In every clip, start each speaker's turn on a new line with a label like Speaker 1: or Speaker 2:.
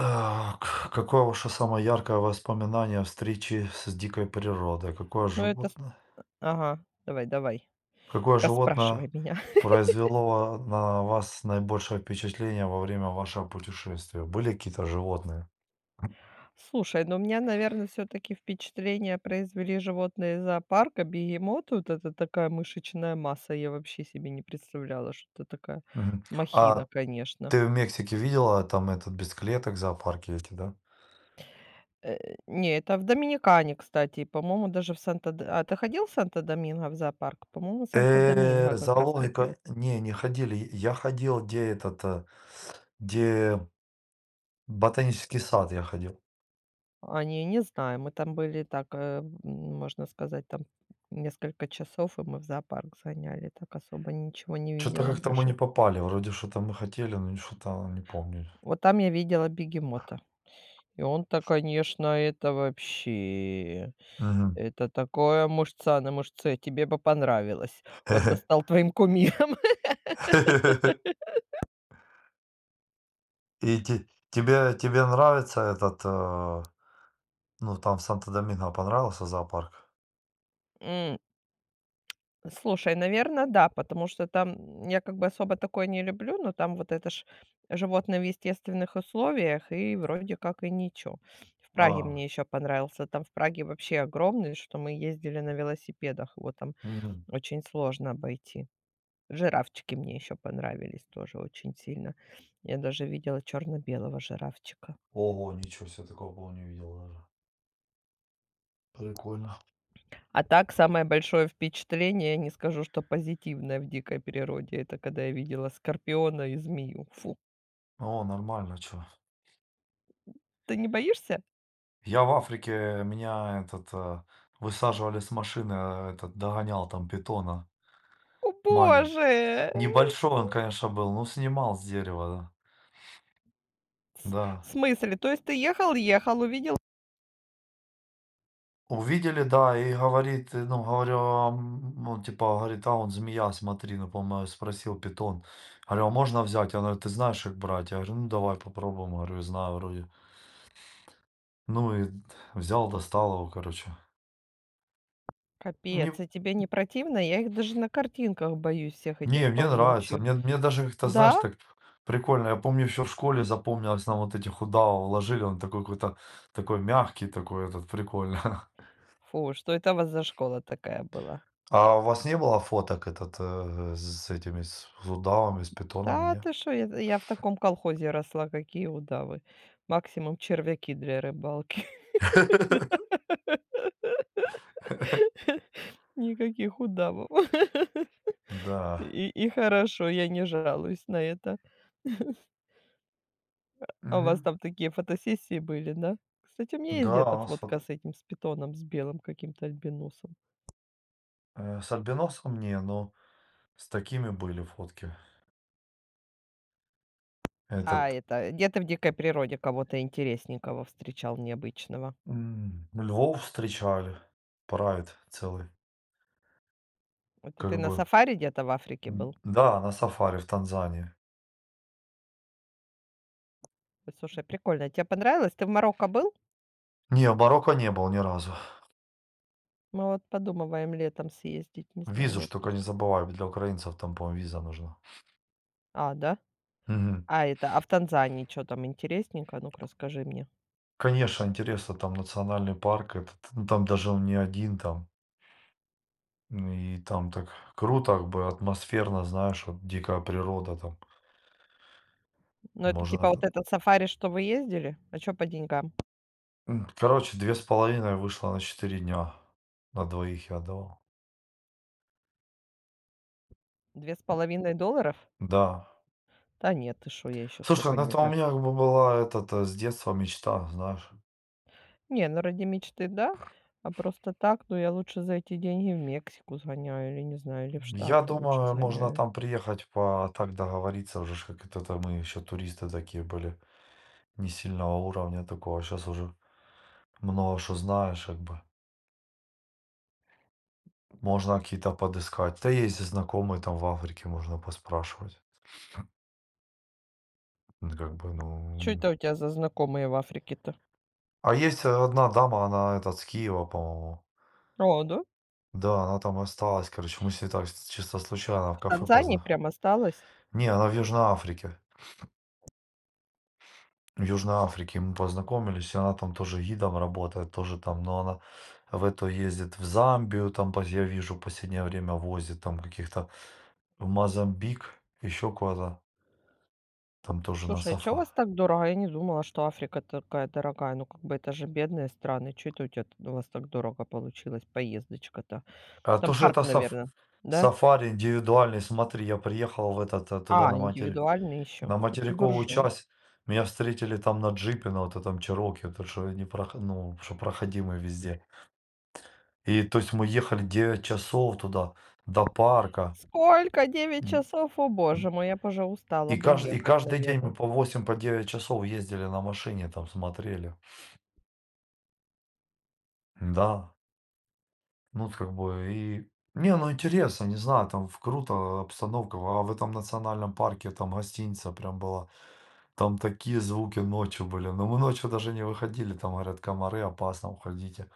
Speaker 1: А, Какое ваше самое яркое воспоминание о встрече с дикой природой? Какое
Speaker 2: Ну это ст
Speaker 1: животное,
Speaker 2: Ага, давай, давай,
Speaker 1: какое
Speaker 2: расспрашивай
Speaker 1: животное
Speaker 2: меня.
Speaker 1: произвело на вас наибольшее впечатление во время вашего путешествия? Были какие-то животные?
Speaker 2: Слушай, ну, у меня, наверное, все таки впечатление произвели животные из зоопарка. Бегемот, вот это такая мышечная масса. Я вообще себе не представляла, что это такая
Speaker 1: Мгм.
Speaker 2: махина,
Speaker 1: А
Speaker 2: конечно.
Speaker 1: ты в Мексике видела там этот без клеток зоопарки эти, да?
Speaker 2: Не, это в Доминикане, кстати, и, по-моему, даже в Санта. А ты ходил в Санта Доминго в зоопарк? По-моему, в Санта Доминго как раз ходили.
Speaker 1: Зоологика, не ходили. Я ходил, где этот, где ботанический сад я ходил.
Speaker 2: А, не, не знаю. Мы там были так, можно сказать, там несколько часов, и мы в зоопарк сгоняли. Так особо ничего не
Speaker 1: Что-то
Speaker 2: видела
Speaker 1: как-то мы
Speaker 2: больше.
Speaker 1: не попали, вроде что-то мы хотели, но что-то не помню.
Speaker 2: Вот там я видела бегемота. И он-то, конечно, это вообще
Speaker 1: Мгм.
Speaker 2: это такое мужца на мужце. Тебе бы понравилось. Он бы стал твоим кумиром.
Speaker 1: И те тебе тебе нравится этот, ну, там в Санто-Доминго понравился зоопарк?
Speaker 2: М. Слушай, наверное, да, потому что там я как бы особо такое не люблю, но там вот это ж животные в естественных условиях, и вроде как и ничего. В Праге мне
Speaker 1: А,
Speaker 2: еще понравился. Там в Праге вообще огромный, что мы ездили на велосипедах, его там
Speaker 1: мгм.
Speaker 2: очень сложно обойти. Жирафчики мне еще понравились тоже очень сильно. Я даже видела черно-белого жирафчика.
Speaker 1: Ого, ничего себе, такого, по-моему, не видел даже. Прикольно.
Speaker 2: А так, самое большое впечатление, не скажу, что позитивное в дикой природе, это когда я видела скорпиона и змею. Фу!
Speaker 1: О, нормально, чё.
Speaker 2: Ты не боишься?
Speaker 1: Я в Африке, меня этот, высаживали с машины, этот, догонял там питона
Speaker 2: О
Speaker 1: маленький.
Speaker 2: боже!
Speaker 1: Небольшой он, конечно, был, но снимал с дерева, да.
Speaker 2: С В
Speaker 1: Да.
Speaker 2: смысле? То есть ты ехал, увидел.
Speaker 1: Увидели, да, и говорит, ну, говорю, а, ну, типа, говорит, а он змея, смотри, ну, по-моему, спросил питон. Говорю, а можно взять? Она говорит, ты знаешь, как брать? Я говорю, ну, давай попробуем, говорю, я знаю вроде. Ну, и взял, достал его, короче. Не,
Speaker 2: Капец, и тебе не противно? Я их даже на картинках боюсь, всех
Speaker 1: не,
Speaker 2: этих
Speaker 1: мне нравится,
Speaker 2: ползучих.
Speaker 1: мне даже как-то, знаешь,
Speaker 2: Да?
Speaker 1: так прикольно. Я помню, еще в школе запомнилось, нам вот эти худава уложили, он такой какой-то, такой мягкий такой этот, прикольно.
Speaker 2: Фу, что это у вас за школа такая была?
Speaker 1: А у вас не было фоток этот с этими, с удавами, с питонами,
Speaker 2: Да
Speaker 1: не?
Speaker 2: ты что, я в таком колхозе росла, какие удавы. Максимум червяки для рыбалки. Никаких удавов.
Speaker 1: Да.
Speaker 2: И хорошо, я не жалуюсь на это. А у вас
Speaker 1: М,
Speaker 2: там такие фотосессии были, да? Кстати, у меня есть
Speaker 1: да,
Speaker 2: где-то
Speaker 1: у нас
Speaker 2: фотка
Speaker 1: фото
Speaker 2: с этим, с питоном, с белым каким-то альбиносом.
Speaker 1: с альбиносом не, но с такими были фотки.
Speaker 2: А
Speaker 1: Этот,
Speaker 2: это, где ты в дикой природе кого-то интересненького встречал, необычного?
Speaker 1: львов встречали, прайд целый,
Speaker 2: Это ты
Speaker 1: как
Speaker 2: на
Speaker 1: бы.
Speaker 2: сафари где-то в Африке был?
Speaker 1: Да, на сафари в Танзании.
Speaker 2: Ой, слушай, прикольно. Тебе понравилось? Ты в Марокко был?
Speaker 1: Не, в Марокко не был ни разу.
Speaker 2: Мы вот подумываем летом съездить, не знаю, в
Speaker 1: Визу ж только не
Speaker 2: отпуск.
Speaker 1: забывай, для украинцев там, по-моему, виза нужна.
Speaker 2: А, да?
Speaker 1: Мгм.
Speaker 2: А это, а в Танзании что там интересненько? Ну-ка, расскажи мне.
Speaker 1: Конечно, интересно, там национальный парк этот, ну, там даже он не один там. И там так круто, как бы атмосферно, знаешь, вот дикая природа там.
Speaker 2: Ну, это типа
Speaker 1: Можно
Speaker 2: вот этот сафари, что вы ездили? А что по деньгам?
Speaker 1: Короче, 2,5 вышло на 4 дня. На двоих я отдавал.
Speaker 2: 2,5 долларов?
Speaker 1: Да.
Speaker 2: Та нет, ты что, я еще
Speaker 1: Слушай,
Speaker 2: столько
Speaker 1: ну
Speaker 2: не
Speaker 1: это у
Speaker 2: за.
Speaker 1: меня как бы была этот, с детства мечта, знаешь.
Speaker 2: Не, ну ради мечты, да, а просто так, ну я лучше за эти деньги в Мексику сгоняю или, не знаю, или в
Speaker 1: Я
Speaker 2: Штаты лучше
Speaker 1: думаю, можно
Speaker 2: сгоняю.
Speaker 1: там приехать по так договориться уже, ж как это то мы еще туристы такие были, не сильного уровня такого. Сейчас уже много что знаешь, как бы. Можно какие-то подыскать. Да есть и знакомые там в Африке, можно поспрашивать. Ну, как бы, ну...
Speaker 2: А чё
Speaker 1: м.
Speaker 2: это у тебя за знакомые в Африке-то?
Speaker 1: А есть одна дама, она этот, с Киева, по-моему.
Speaker 2: О, да?
Speaker 1: Да, она там осталась, короче. Мы с ней так чисто случайно в
Speaker 2: В
Speaker 1: кафе
Speaker 2: Танзании
Speaker 1: познакомились.
Speaker 2: прям осталось?
Speaker 1: Не, она в Южной Африке. В Южной Африке мы познакомились, и она там тоже гидом работает, тоже там, но она в эту ездит в Замбию, там, я вижу, в последнее время возит там каких-то в Мозамбик, еще куда-то, там тоже на
Speaker 2: Слушай, а чё у
Speaker 1: сафа.
Speaker 2: вас так дорого? Я не думала, что Африка такая дорогая. Ну, как бы это же бедные страны. Чё это у тебя у вас так дорого получилась поездочка-то?
Speaker 1: А то,
Speaker 2: Там
Speaker 1: что
Speaker 2: парк,
Speaker 1: это
Speaker 2: наверное, да?
Speaker 1: сафари индивидуальный, смотри, я приехал в этот, туда
Speaker 2: А,
Speaker 1: на матери.
Speaker 2: индивидуальный еще.
Speaker 1: На
Speaker 2: Да ты
Speaker 1: материковую
Speaker 2: буржуй.
Speaker 1: часть меня встретили там на джипе, на вот этом Чероке, это что ну, что проходимый везде. И то есть мы ехали 9 часов туда, до парка.
Speaker 2: Сколько? Девять
Speaker 1: М,
Speaker 2: часов? О боже мой, я б уже устала
Speaker 1: И,
Speaker 2: бы
Speaker 1: кажд... и
Speaker 2: ехать,
Speaker 1: каждый день
Speaker 2: наверное.
Speaker 1: мы по 8, по 9 часов ездили на машине, там смотрели. Да. Ну, вот как бы Не, ну интересно, не знаю, там круто обстановка, а в этом национальном парке там гостиница прям была, там такие звуки ночью были, но мы ночью даже не выходили, там говорят, комары, опасно, уходите.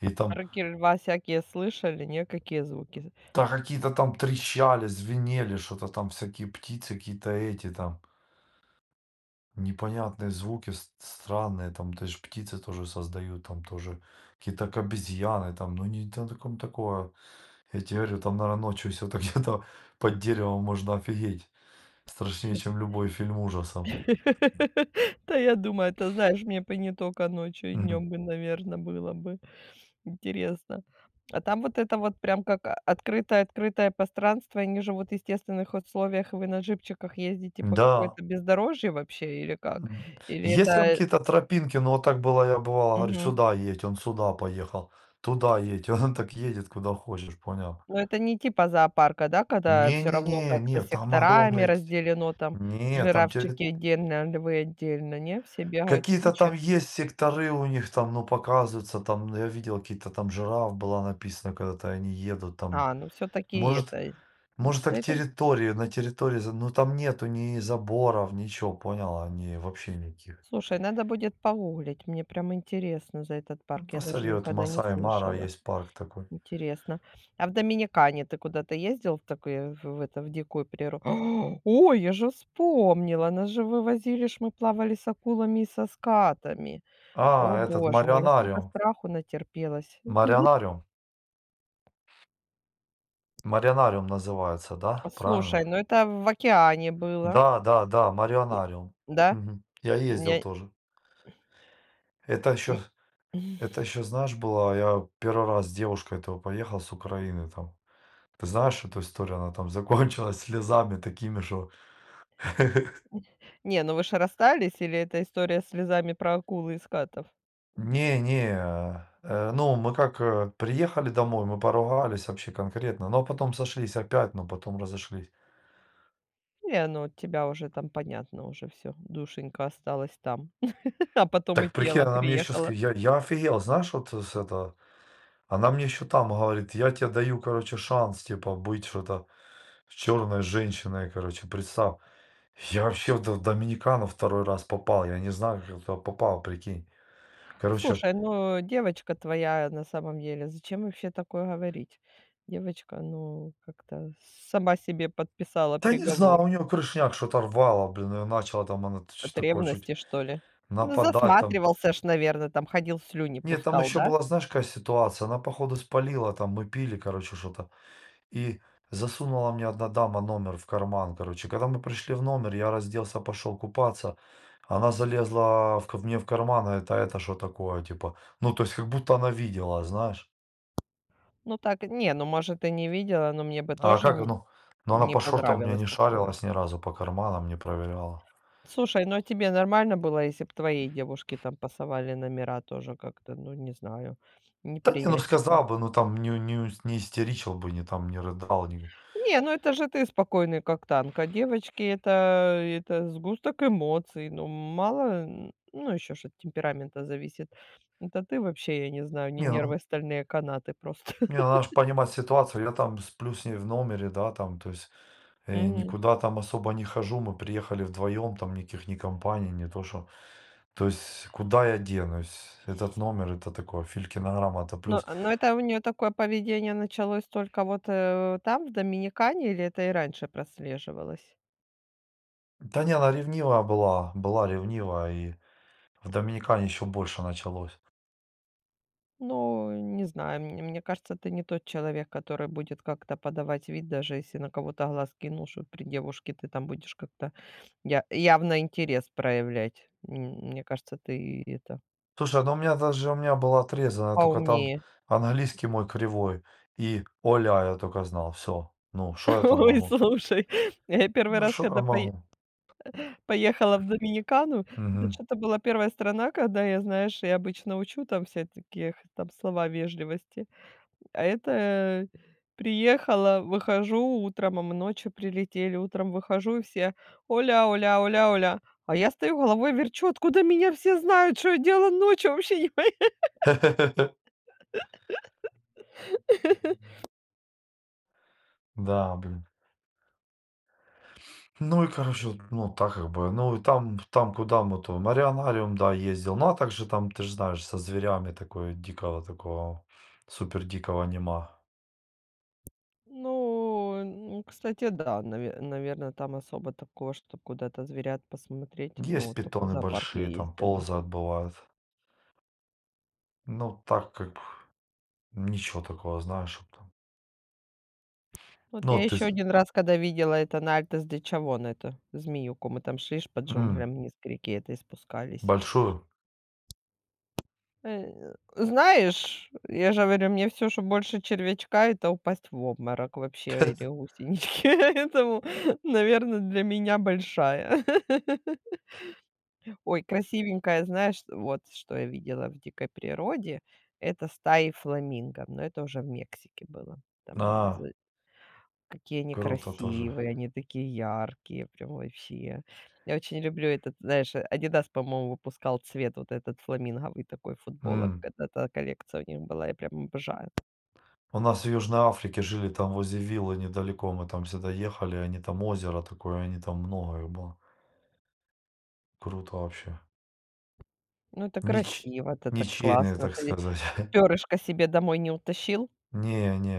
Speaker 1: И там,
Speaker 2: Рыки льва всякие слышали, не, какие звуки.
Speaker 1: да какие-то там трещали, звенели, что-то там всякие птицы, какие-то эти там. Непонятные звуки странные, там даже птицы тоже создают, там тоже какие-то как обезьяны, там, ну не там таком такое. Я тебе говорю, там, наверное, ночью все так где-то под деревом можно офигеть. Страшнее, чем любой фильм ужасов.
Speaker 2: Да я думаю, это, знаешь, мне бы не только ночью, и
Speaker 1: Мгм.
Speaker 2: днем бы, наверное, было бы интересно. А там вот это вот прям как о открытое-открытое пространство, и они живут в естественных условиях, и вы на джипчиках ездите по
Speaker 1: Да.
Speaker 2: какой-то бездорожье вообще или как?
Speaker 1: М.
Speaker 2: Или
Speaker 1: Есть там
Speaker 2: это
Speaker 1: какие-то тропинки, но вот так было, я бывало, говорю, сюда едь, он сюда поехал, туда едь, он так едет, куда хочешь, понял?
Speaker 2: Но это не типа зоопарка, да, когда все равно
Speaker 1: Не-не-не,
Speaker 2: как-то
Speaker 1: не, там
Speaker 2: секторами
Speaker 1: огромные.
Speaker 2: разделено, там
Speaker 1: Не, там территория.
Speaker 2: жирафчики отдельно, львы отдельно, не? Все бегают в
Speaker 1: Какие-то там
Speaker 2: куче?
Speaker 1: есть секторы у них там, ну, показываются там, ну, я видел какие-то там жираф была написана, когда-то они едут там.
Speaker 2: А, ну все таки
Speaker 1: Может
Speaker 2: это, м,
Speaker 1: может
Speaker 2: да
Speaker 1: так
Speaker 2: это.
Speaker 1: территории, на территории, за ну, там нету ни заборов, ничего, понял, они вообще никаких.
Speaker 2: Слушай, надо будет погуглить, мне прям интересно за этот
Speaker 1: Ну,
Speaker 2: парк, я даже
Speaker 1: посоветуй,
Speaker 2: никогда не
Speaker 1: Масаи Мара
Speaker 2: слышала.
Speaker 1: есть парк такой.
Speaker 2: Интересно. А в Доминикане ты куда-то ездил в такое в это, в дикую природу? Ой, я же вспомнила, нас же вывозили ж, мы плавали с акулами и со скатами. О
Speaker 1: А, этот
Speaker 2: боже мой, я столько страху натерпелась.
Speaker 1: Марионариум, Марионариум называется, да, правильно?
Speaker 2: Слушай, ну это в океане было.
Speaker 1: Да, да, да,
Speaker 2: И
Speaker 1: Марионариум.
Speaker 2: да?
Speaker 1: Мгм. Я ездил
Speaker 2: Не
Speaker 1: тоже. Это еще
Speaker 2: м
Speaker 1: Это еще, знаешь, была, я первый раз с девушкой этого поехал с Украины там. Ты знаешь эту историю, она там закончилась слезами такими, что
Speaker 2: Не, ну вы же расстались или это история с слезами про акулы и скатов?
Speaker 1: не-не, ну мы как приехали домой, мы поругались вообще конкретно, но потом сошлись опять, но потом разошлись.
Speaker 2: Не, ну от тебя уже там понятно уже все, душенька осталась там, а потом и
Speaker 1: Так прикинь,
Speaker 2: тело
Speaker 1: она мне еще
Speaker 2: приехало.
Speaker 1: сказала, я офигел, знаешь, вот с этого, она мне еще там говорит, я тебе даю, короче, шанс, типа, быть что-то черной женщиной, короче, представь. Я вообще в До Доминикану второй раз попал. Я не знаю, как я туда попал, прикинь. Короче,
Speaker 2: Слушай, ну девочка твоя на самом деле, зачем вообще такое говорить? Девочка, ну, как-то сама себе подписала
Speaker 1: да не
Speaker 2: приговор.
Speaker 1: знаю, у нее крышняк что-то рвало, блин, её начала там она т
Speaker 2: От
Speaker 1: чё-то такое чуть
Speaker 2: ревности, что ли? Ну,
Speaker 1: нападать там.
Speaker 2: засматривался ж, наверное там ходил, слюни
Speaker 1: Нет, там
Speaker 2: пускал,
Speaker 1: еще
Speaker 2: да?
Speaker 1: была, знаешь, какая ситуация? Она, походу, спалила там, мы пили, короче, что-то, и засунула мне одна дама номер в карман, короче. Когда мы пришли в номер, я разделся, пошел купаться, она залезла в ка мне в карман: а "Это что такое?" Типа, ну, то есть как будто она видела, знаешь.
Speaker 2: Ну так, не, ну, может, и не видела, но мне бы
Speaker 1: А
Speaker 2: тоже
Speaker 1: как,
Speaker 2: не
Speaker 1: ну, ну она
Speaker 2: не
Speaker 1: по шортам у меня
Speaker 2: понравилось
Speaker 1: не
Speaker 2: такое.
Speaker 1: шарилась ни разу, по карманам не проверяла.
Speaker 2: Слушай, ну а тебе нормально было, если бы твоей девушке там пасовали номера тоже как-то, ну, не знаю,
Speaker 1: Да не, ну
Speaker 2: неприятненько?
Speaker 1: сказал бы, ну там не истеричил бы, не там не рыдал. Не,
Speaker 2: Не, ну это же ты спокойный, как танк, а девочки — это сгусток эмоций. Ну, мало, н ну, еще ж от темперамента зависит. Это ты вообще, я не знаю, не
Speaker 1: не,
Speaker 2: нервы,
Speaker 1: ну,
Speaker 2: стальные канаты просто.
Speaker 1: не, ну, надо же понимать ситуацию. Я там сплю с ней в номере, да, там, то есть
Speaker 2: Мгм.
Speaker 1: никуда там особо не хожу. Мы приехали вдвоем, там никаких ни компаний, не то что. То есть куда я денусь? Этот номер, это такое, филькинограмма, это
Speaker 2: Но
Speaker 1: плюс.
Speaker 2: но это у нее такое поведение началось только вот, там, в Доминикане, или это и раньше прослеживалось?
Speaker 1: Да не, она ревнивая была, была ревнивая, и в Доминикане еще больше началось.
Speaker 2: Ну, не знаю, мне кажется, ты не тот человек, который будет как-то подавать вид, даже если на кого-то глаз кинул, что при девушке ты там будешь как-то я явно интерес проявлять. Мне кажется, ты это
Speaker 1: Слушай, ну у меня даже у меня была отрезана, только там
Speaker 2: поумнее.
Speaker 1: английский мой кривой и "оля" я только знал. Все, ну, что я там
Speaker 2: Ой,
Speaker 1: могу?
Speaker 2: слушай, я первый
Speaker 1: Ну,
Speaker 2: раз,
Speaker 1: что
Speaker 2: когда
Speaker 1: я могу?
Speaker 2: поехала в Доминикану. Это
Speaker 1: Мгм.
Speaker 2: что то была первая страна, когда я, знаешь, я обычно учу там все такие там слова вежливости. А это приехала, выхожу утром, а мы ночью прилетели. Утром выхожу, и все: «Оля, Оля, Оля, Оля». А я стою, головой верчу: откуда меня все знают, что я делала ночью, вообще не пой.
Speaker 1: Да, блин. Ну и, короче, вот, ну, так как бы, ну и там, куда мы то, Марианариум, да, ездил. Ну, а также там, ты ж знаешь, со зверями такое дикого такого, супер дикого нема.
Speaker 2: Ну, н ну, кстати, да, наверно, там особо такого, чтоб куда-то зверят посмотреть, ну,
Speaker 1: Есть
Speaker 2: вот только в
Speaker 1: питоны
Speaker 2: зоопарк я
Speaker 1: большие, там
Speaker 2: ездила.
Speaker 1: ползают, бывает. Ну, так как б ничего такого, знаешь, чтоб там.
Speaker 2: Вот я
Speaker 1: Ну, ты
Speaker 2: еще
Speaker 1: с
Speaker 2: один раз, когда видела это на Альтес де Чавон, эту змеюку. Мы там шли ж по
Speaker 1: М.
Speaker 2: джунглям вниз к реке этой спускались.
Speaker 1: Большую?
Speaker 2: Знаешь, я же говорю, мне все, что больше червячка — это упасть в обморок вообще или гусенички. Поэтому, наверное, для меня большая. Ой, красивенькая, знаешь, вот что я видела в дикой природе — это стаи фламинго, но это уже в Мексике было. Там.
Speaker 1: А,
Speaker 2: Какие они
Speaker 1: круто тоже.
Speaker 2: красивые, они такие яркие, прям вообще. Я очень люблю этот, знаешь, Adidas, по-моему, выпускал цвет вот этот фламинговый такой футболок.
Speaker 1: М.
Speaker 2: Когда-то коллекция у них была, я прям обожаю.
Speaker 1: У нас в Южной Африке жили, там возле виллы недалеко, мы там всегда ехали, они там озеро такое, они там много их было. Круто вообще.
Speaker 2: Ну, это
Speaker 1: Нич
Speaker 2: красиво, это так
Speaker 1: Ничейные,
Speaker 2: классно.
Speaker 1: так
Speaker 2: Ты
Speaker 1: сказать.
Speaker 2: перышко себе домой не утащил?
Speaker 1: Не, не.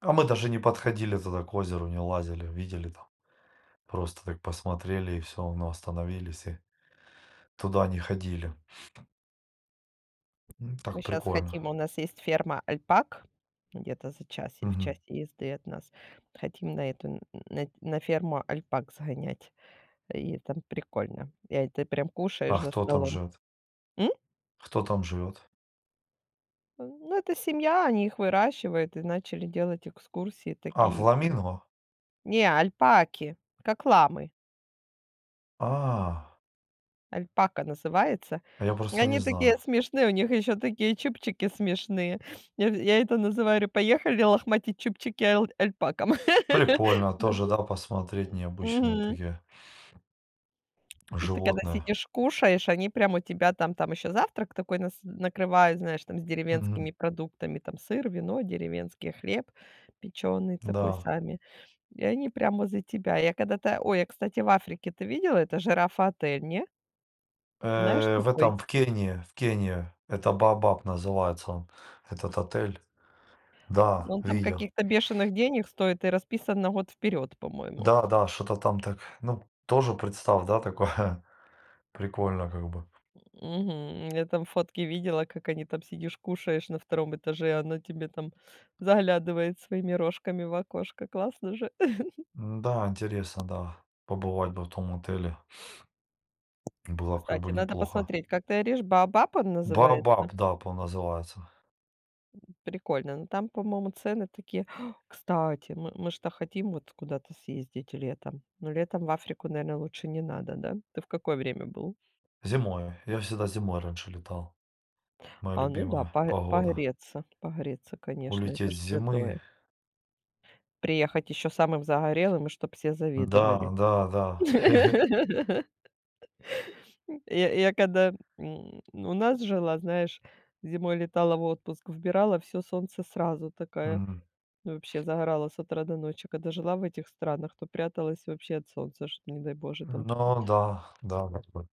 Speaker 1: А мы даже не подходили туда к озеру, не лазили, видели там. Просто так посмотрели и все, ну, остановились и туда не ходили.
Speaker 2: Мы
Speaker 1: Так
Speaker 2: сейчас
Speaker 1: прикольно.
Speaker 2: хотим, у нас есть ферма альпак где-то за час в
Speaker 1: Мгм.
Speaker 2: часе езды от нас. Хотим на эту, н на ферму альпак сгонять. И там прикольно. И это прям
Speaker 1: А
Speaker 2: кушаешь за
Speaker 1: кто там
Speaker 2: столом.
Speaker 1: живет?
Speaker 2: М?
Speaker 1: Кто там живет?
Speaker 2: Ну, это семья, они их выращивают и начали делать экскурсии
Speaker 1: А,
Speaker 2: такие. Их там
Speaker 1: фламинго?
Speaker 2: не, альпаки, как ламы.
Speaker 1: А.
Speaker 2: Альпака называется.
Speaker 1: А я
Speaker 2: И
Speaker 1: просто не
Speaker 2: они
Speaker 1: знал.
Speaker 2: такие смешные, у них еще такие чубчики смешные. Я это называю, говорю: «Поехали лохматить чубчики альпакам».
Speaker 1: Прикольно
Speaker 2: Да.
Speaker 1: тоже, да, посмотреть необычные
Speaker 2: Мгм.
Speaker 1: такие
Speaker 2: И ты когда
Speaker 1: животные.
Speaker 2: сидишь, кушаешь, они прям у тебя там еще завтрак такой нас накрывают, знаешь, там с
Speaker 1: Мгм.
Speaker 2: деревенскими продуктами, там сыр, вино, деревенский хлеб печеный такой
Speaker 1: Да.
Speaker 2: сами. И они прямо за тебя. Я когда-то ой, я, кстати, в Африке, ты видела это жирафа-отель, не? Знаешь
Speaker 1: В
Speaker 2: такой?
Speaker 1: этом, в Кении, это Баобаб называется он, этот отель. Да,
Speaker 2: Он там
Speaker 1: видел.
Speaker 2: каких-то бешеных денег стоит и расписан на год вперед, по-моему.
Speaker 1: Да, да, что-то там так, ну, тоже представь, да, такое прикольно как бы.
Speaker 2: Мгм. Я там фотки видела, как они там сидишь, кушаешь на втором этаже, а она тебе там заглядывает своими рожками в окошко. Классно же.
Speaker 1: Да, интересно, да, побывать бы в том отеле, было как бы
Speaker 2: Кстати, надо
Speaker 1: неплохо.
Speaker 2: посмотреть, как ты орешь, «Баобаб» он называется?
Speaker 1: Баобаб, да, по называется.
Speaker 2: Прикольно. Но там, по-моему, цены такие. Кстати, мы ж хотим вот куда-то съездить летом. Но летом в Африку, наверное, лучше не надо, да? Ты в какое время был?
Speaker 1: Зимой, я всегда зимой раньше летал, моя
Speaker 2: А, ну да,
Speaker 1: любимая
Speaker 2: пое
Speaker 1: погода.
Speaker 2: погреться, погреться, конечно, это
Speaker 1: Улететь
Speaker 2: же
Speaker 1: с зимы.
Speaker 2: святое. Приехать еще самым загорелым, и чтоб все завидовали.
Speaker 1: Да, да, да.
Speaker 2: Я когда, у нас жила, знаешь, зимой летала в отпуск, вбирала все солнце сразу, такая.
Speaker 1: Мгм.
Speaker 2: Ну, вообще загорала с утра до ночи. Когда жила в этих странах, то пряталась вообще от солнца, чтоб, не дай боже, там.
Speaker 1: Ну да, да. Вот, вот.